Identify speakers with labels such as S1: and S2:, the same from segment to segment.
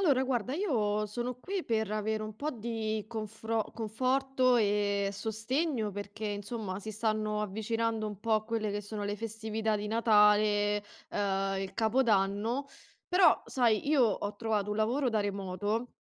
S1: Allora, guarda, io sono qui per avere un po' di conforto e sostegno perché, insomma, si stanno avvicinando un po' a quelle che sono le festività di Natale, il Capodanno. Però, sai, io ho trovato un lavoro da remoto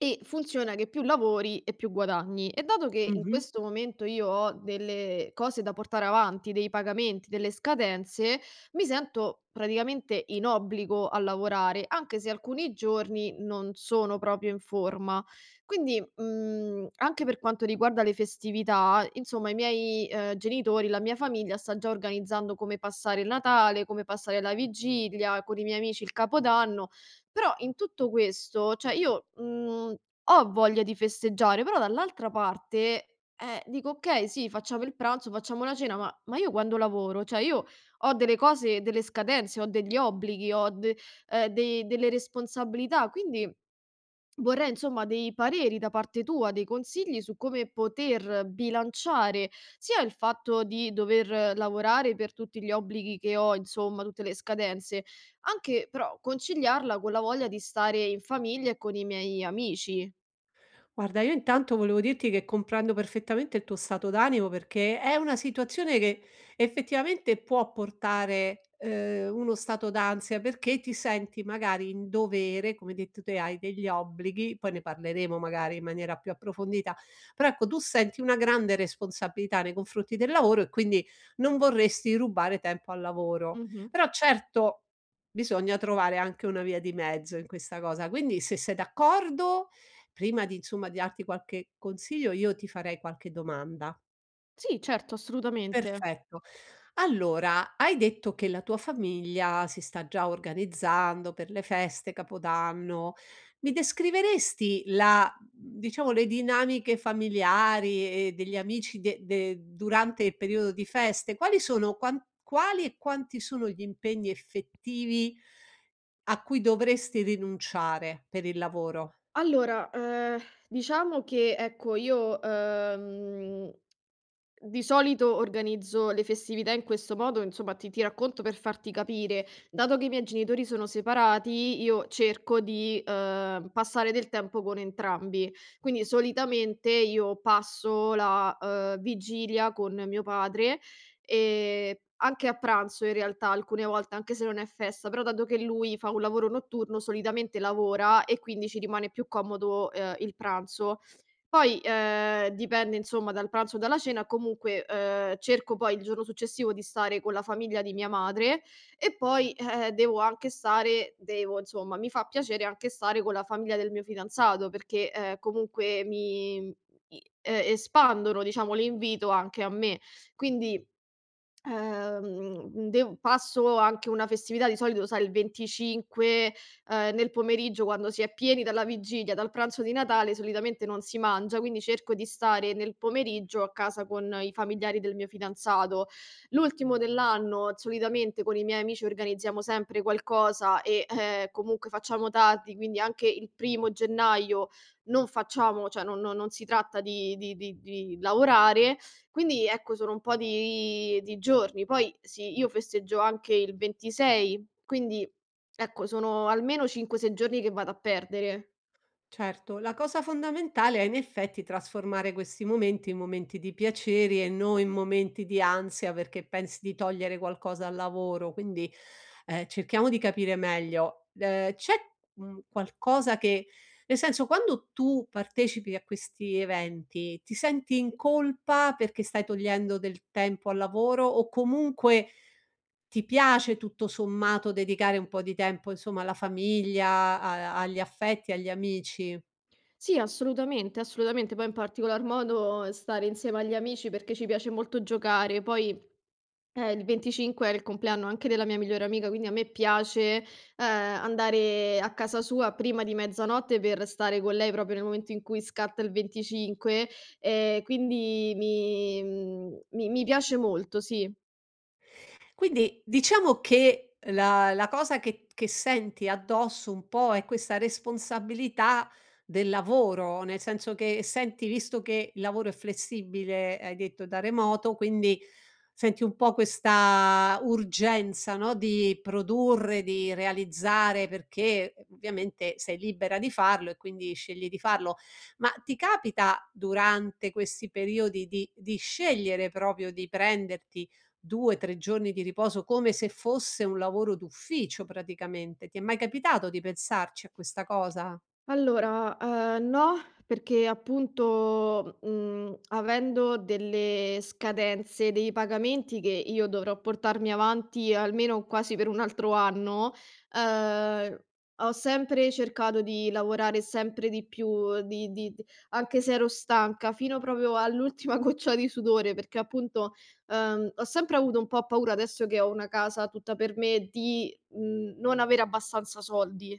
S1: e funziona che più lavori e più guadagni. E dato che in
S2: Mh-mh.
S1: questo momento io ho delle cose da portare avanti, dei pagamenti, delle scadenze, mi sento praticamente in obbligo a lavorare, anche se alcuni giorni non sono proprio in forma. Quindi, anche per quanto riguarda le festività, insomma i miei, genitori, la mia famiglia sta già organizzando come passare il Natale, come passare la vigilia, con i miei amici il Capodanno. Però in tutto questo, cioè io, ho voglia di festeggiare, però dall'altra parte, dico: "Okay, sì, facciamo il pranzo, facciamo la cena, ma io quando lavoro? Cioè io ho delle cose, delle scadenze, ho degli obblighi, ho de dei delle responsabilità. Quindi vorrei insomma dei pareri da parte tua, dei consigli su come poter bilanciare sia il fatto di dover lavorare per tutti gli obblighi che ho, insomma, tutte le scadenze, anche però conciliarla con la voglia di stare in famiglia e con i miei amici.
S2: Guarda, io intanto volevo dirti che comprendo perfettamente il tuo stato d'animo, perché è una situazione che effettivamente può portare, uno stato d'ansia, perché ti senti magari in dovere, come hai detto te, hai degli obblighi, poi ne parleremo magari in maniera più approfondita, però ecco, tu senti una grande responsabilità nei confronti del lavoro e quindi non vorresti rubare tempo al lavoro.
S1: Mh-mh.
S2: Però certo, bisogna trovare anche una via di mezzo in questa cosa. Quindi se sei d'accordo, prima di darti qualche consiglio, io ti farei qualche domanda.
S1: Sì, certo, assolutamente.
S2: Perfetto. Allora, hai detto che la tua famiglia si sta già organizzando per le feste, Capodanno. Mi descriveresti la, diciamo, le dinamiche familiari e degli amici de de durante il periodo di feste? Quali sono quan quali e quanti sono gli impegni effettivi a cui dovresti rinunciare per il lavoro?
S1: Allora, diciamo che ecco io, di solito organizzo le festività in questo modo, insomma ti racconto per farti capire. Dato che i miei genitori sono separati, io cerco di, passare del tempo con entrambi. Quindi solitamente io passo la, vigilia con mio padre, ehm, anche a pranzo in realtà alcune volte, anche se non è festa, però dato che lui fa un lavoro notturno solitamente lavora e quindi ci rimane più comodo, il pranzo. Poi, dipende insomma dal pranzo o dalla cena, comunque, cerco poi il giorno successivo di stare con la famiglia di mia madre e poi, devo anche stare devo insomma, mi fa piacere anche stare con la famiglia del mio fidanzato perché, comunque mi i espandono diciamo l'invito anche a me. Quindi dev passo anche una festività, di solito sai il 25, nel pomeriggio quando si è pieni dalla vigilia, dal pranzo di Natale solitamente non si mangia, quindi cerco di stare nel pomeriggio a casa con i familiari del mio fidanzato. L'ultimo dell'anno solitamente con i miei amici organizziamo sempre qualcosa e, comunque facciamo tardi, quindi anche il primo gennaio non facciamo cioè non si tratta di lavorare, quindi ecco, sono un po' di giorni. Poi sì, io festeggio anche il 26, quindi ecco, sono almeno 5, 6 giorni che vado a perdere.
S2: Certo, la cosa fondamentale è in effetti trasformare questi momenti in momenti di piaceri e non in momenti di ansia perché pensi di togliere qualcosa al lavoro, quindi, cerchiamo di capire meglio. C'è qualcosa che, nel senso, quando tu partecipi a questi eventi, ti senti in colpa perché stai togliendo del tempo al lavoro, o comunque ti piace tutto sommato dedicare un po' di tempo, insomma, alla famiglia, agli affetti, agli amici?
S1: Sì, assolutamente, assolutamente. Poi in particolar modo stare insieme agli amici perché ci piace molto giocare. Poi eh, il 25 è il compleanno anche della mia migliore amica, quindi a me piace, andare a casa sua prima di mezzanotte per stare con lei proprio nel momento in cui scatta il 25, quindi mi mhmm, mi mi piace molto, sì.
S2: Quindi diciamo che la cosa che senti addosso un po' è questa responsabilità del lavoro, nel senso che senti, visto che il lavoro è flessibile, hai detto da remoto, quindi senti un po' questa urgenza, no, di produrre, di realizzare, perché ovviamente sei libera di farlo e quindi scegli di farlo. Ma ti capita durante questi periodi di scegliere proprio di prenderti 2, 3 giorni di riposo, come se fosse un lavoro d'ufficio praticamente. Ti è mai capitato di pensarci a questa cosa?
S1: Allora, no, perché appunto, avendo delle scadenze dei pagamenti che io dovrò portarmi avanti almeno quasi per un altro anno, ehm, ho sempre cercato di lavorare sempre di più, di d anche se ero stanca, fino proprio all'ultima goccia di sudore, perché appunto, ho sempre avuto un po' paura, adesso che ho una casa tutta per me, di, non avere abbastanza soldi.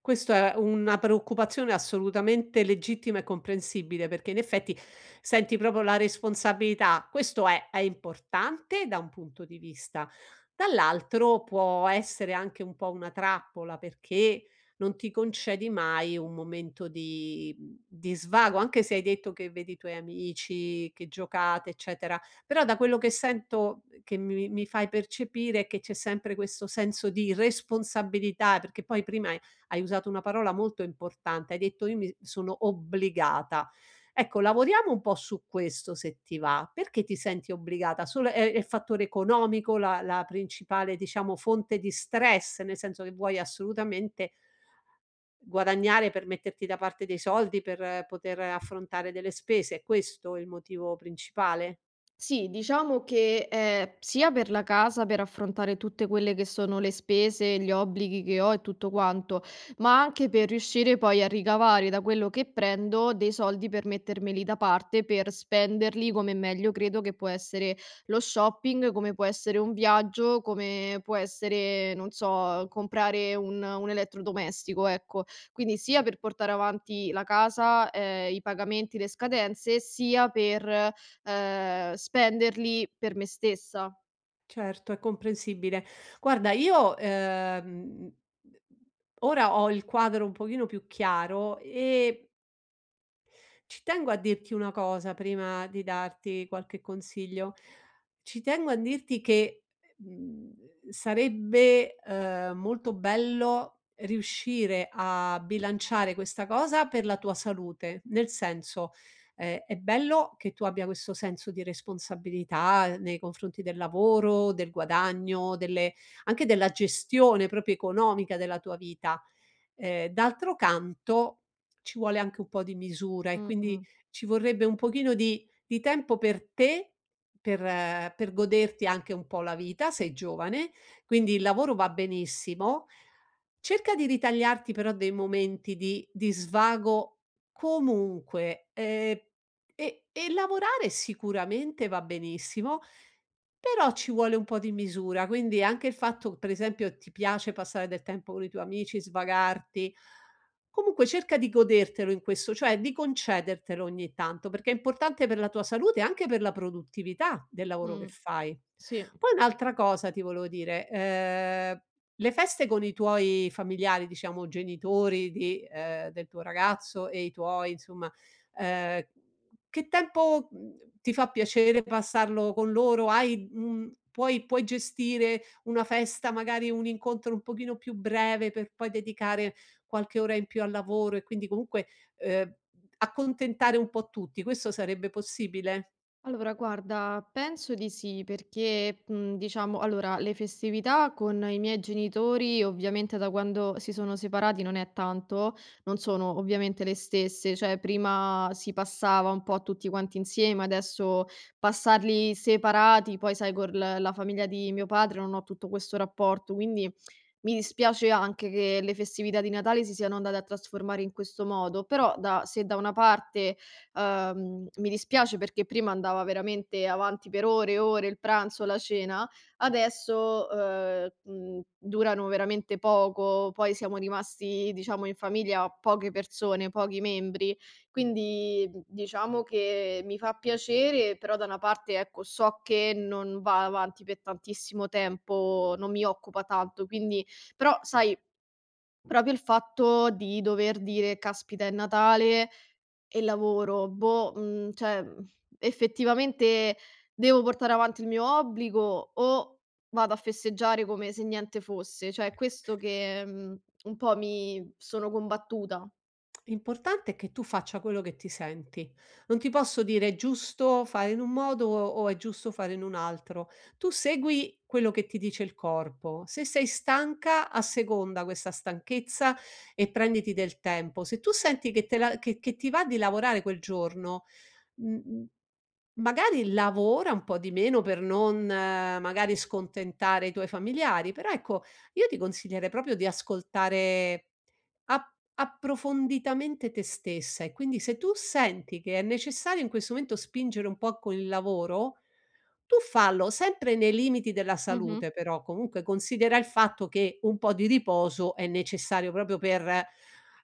S2: Questo è una preoccupazione assolutamente legittima e comprensibile, perché in effetti senti proprio la responsabilità. Questo è importante da un punto di vista, dall'altro può essere anche un po' una trappola, perché non ti concedi mai un momento di di svago, anche se hai detto che vedi i tuoi amici, che giocate, eccetera. Però da quello che sento, che mi fai percepire, è che c'è sempre questo senso di responsabilità, perché poi prima hai usato una parola molto importante, hai detto: "Io mi sono obbligata". Ecco, lavoriamo un po' su questo se ti va. Perché ti senti obbligata? Solo è il fattore economico la principale, diciamo, fonte di stress? Nel senso che vuoi assolutamente guadagnare per metterti da parte dei soldi, per, poter affrontare delle spese. È questo il motivo principale?
S1: Sì, diciamo che, sia per la casa, per affrontare tutte quelle che sono le spese, gli obblighi che ho e tutto quanto, ma anche per riuscire poi a ricavare da quello che prendo dei soldi per mettermeli da parte, per spenderli come meglio credo, che può essere lo shopping, come può essere un viaggio, come può essere, non so, comprare un elettrodomestico, ecco. Quindi sia per portare avanti la casa, i pagamenti, le scadenze, sia per spenderli per me stessa.
S2: Certo, è comprensibile. Guarda, io, ora ho il quadro un pochino più chiaro, e ci tengo a dirti una cosa prima di darti qualche consiglio. Ci tengo a dirti che, mhmm, sarebbe, molto bello riuscire a bilanciare questa cosa per la tua salute. Nel senso, è bello che tu abbia questo senso di responsabilità nei confronti del lavoro, del guadagno, delle, anche della gestione proprio economica della tua vita. D'altro canto, ci vuole anche un po' di misura, e quindi
S1: Mh-mh.
S2: ci vorrebbe un pochino di tempo per te, per, per goderti anche un po' la vita, sei giovane, quindi il lavoro va benissimo. Cerca di ritagliarti però dei momenti di svago comunque, e lavorare sicuramente va benissimo, però ci vuole un po' di misura, quindi anche il fatto che, per esempio, ti piace passare del tempo con i tuoi amici, svagarti, comunque cerca di godertelo, in questo cioè di concedertelo ogni tanto, perché è importante per la tua salute e anche per la produttività del lavoro che
S1: Mh,
S2: fai.
S1: sì.
S2: Poi un'altra cosa ti volevo dire, le feste con i tuoi familiari, diciamo genitori di, del tuo ragazzo e i tuoi insomma, ehm che tempo, ti fa piacere passarlo con loro? Hai, puoi gestire una festa, magari un incontro un pochino più breve, per poi dedicare qualche ora in più al lavoro e quindi comunque, ehm, accontentare un po' tutti. Questo sarebbe possibile?
S1: Allora guarda, penso di sì, perché, diciamo allora le festività con i miei genitori, ovviamente da quando si sono separati non è tanto, non sono ovviamente le stesse, cioè prima si passava un po' tutti quanti insieme, adesso passarli separati, poi sai con l la famiglia di mio padre non ho tutto questo rapporto, quindi mi dispiace anche che le festività di Natale si siano andate a trasformare in questo modo, però da se da una parte, mi dispiace perché prima andava veramente avanti per ore e ore il pranzo, la cena, adesso, durano veramente poco, poi siamo rimasti diciamo in famiglia poche persone, pochi membri, quindi, diciamo che mi fa piacere, però da una parte ecco so che non va avanti per tantissimo tempo, non mi occupa tanto, quindi però sai, proprio il fatto di dover dire: "Caspita, è Natale e lavoro, boh, effettivamente devo portare avanti il mio obbligo o vado a festeggiare come se niente fosse?" Cioè è questo che, un po' mi sono combattuta.
S2: L'importante è che tu faccia quello che ti senti. Non ti posso dire è giusto fare in un modo o è giusto fare in un altro. Tu segui quello che ti dice il corpo. Se sei stanca, asseconda questa stanchezza e prenditi del tempo. Se tu senti che, che ti va di lavorare quel giorno, mh-mh, magari lavora un po' di meno per non magari scontentare i tuoi familiari, però ecco, io ti consiglierei proprio di ascoltare ap approfonditamente te stessa, e quindi se tu senti che è necessario in questo momento spingere un po' con il lavoro, tu fallo, sempre nei limiti della
S1: Mh-mh.
S2: salute però, comunque considera il fatto che un po' di riposo è necessario proprio per,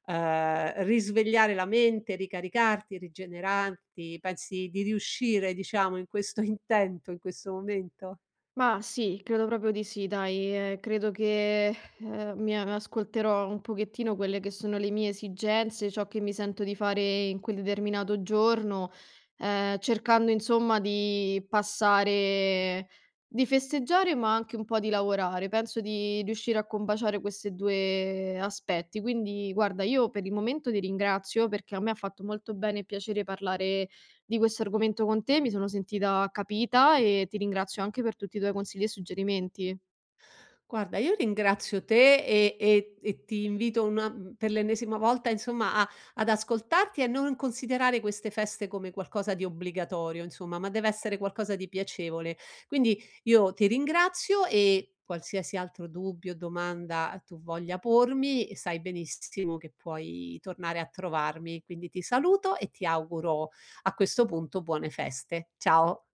S2: risvegliare la mente, ricaricarti, rigenerarti. Pensi di riuscire, diciamo, in questo intento, in questo momento?
S1: Ma sì, credo proprio di sì, dai. Credo che, mi a ascolterò un pochettino quelle che sono le mie esigenze, ciò che mi sento di fare in quel determinato giorno, cercando insomma di festeggiare, ma anche un po' di lavorare. Penso di riuscire a combaciare queste 2 aspetti. Quindi guarda, io per il momento ti ringrazio, perché a me ha fatto molto bene e piacere parlare di questo argomento con te, mi sono sentita capita e ti ringrazio anche per tutti i tuoi consigli e suggerimenti.
S2: Guarda, io ringrazio te, e ti invito una, per l'ennesima volta insomma, a ad ascoltarti e a non considerare queste feste come qualcosa di obbligatorio insomma, ma deve essere qualcosa di piacevole. Quindi io ti ringrazio, e qualsiasi altro dubbio, domanda tu voglia pormi, sai benissimo che puoi tornare a trovarmi. Quindi ti saluto e ti auguro a questo punto buone feste. Ciao.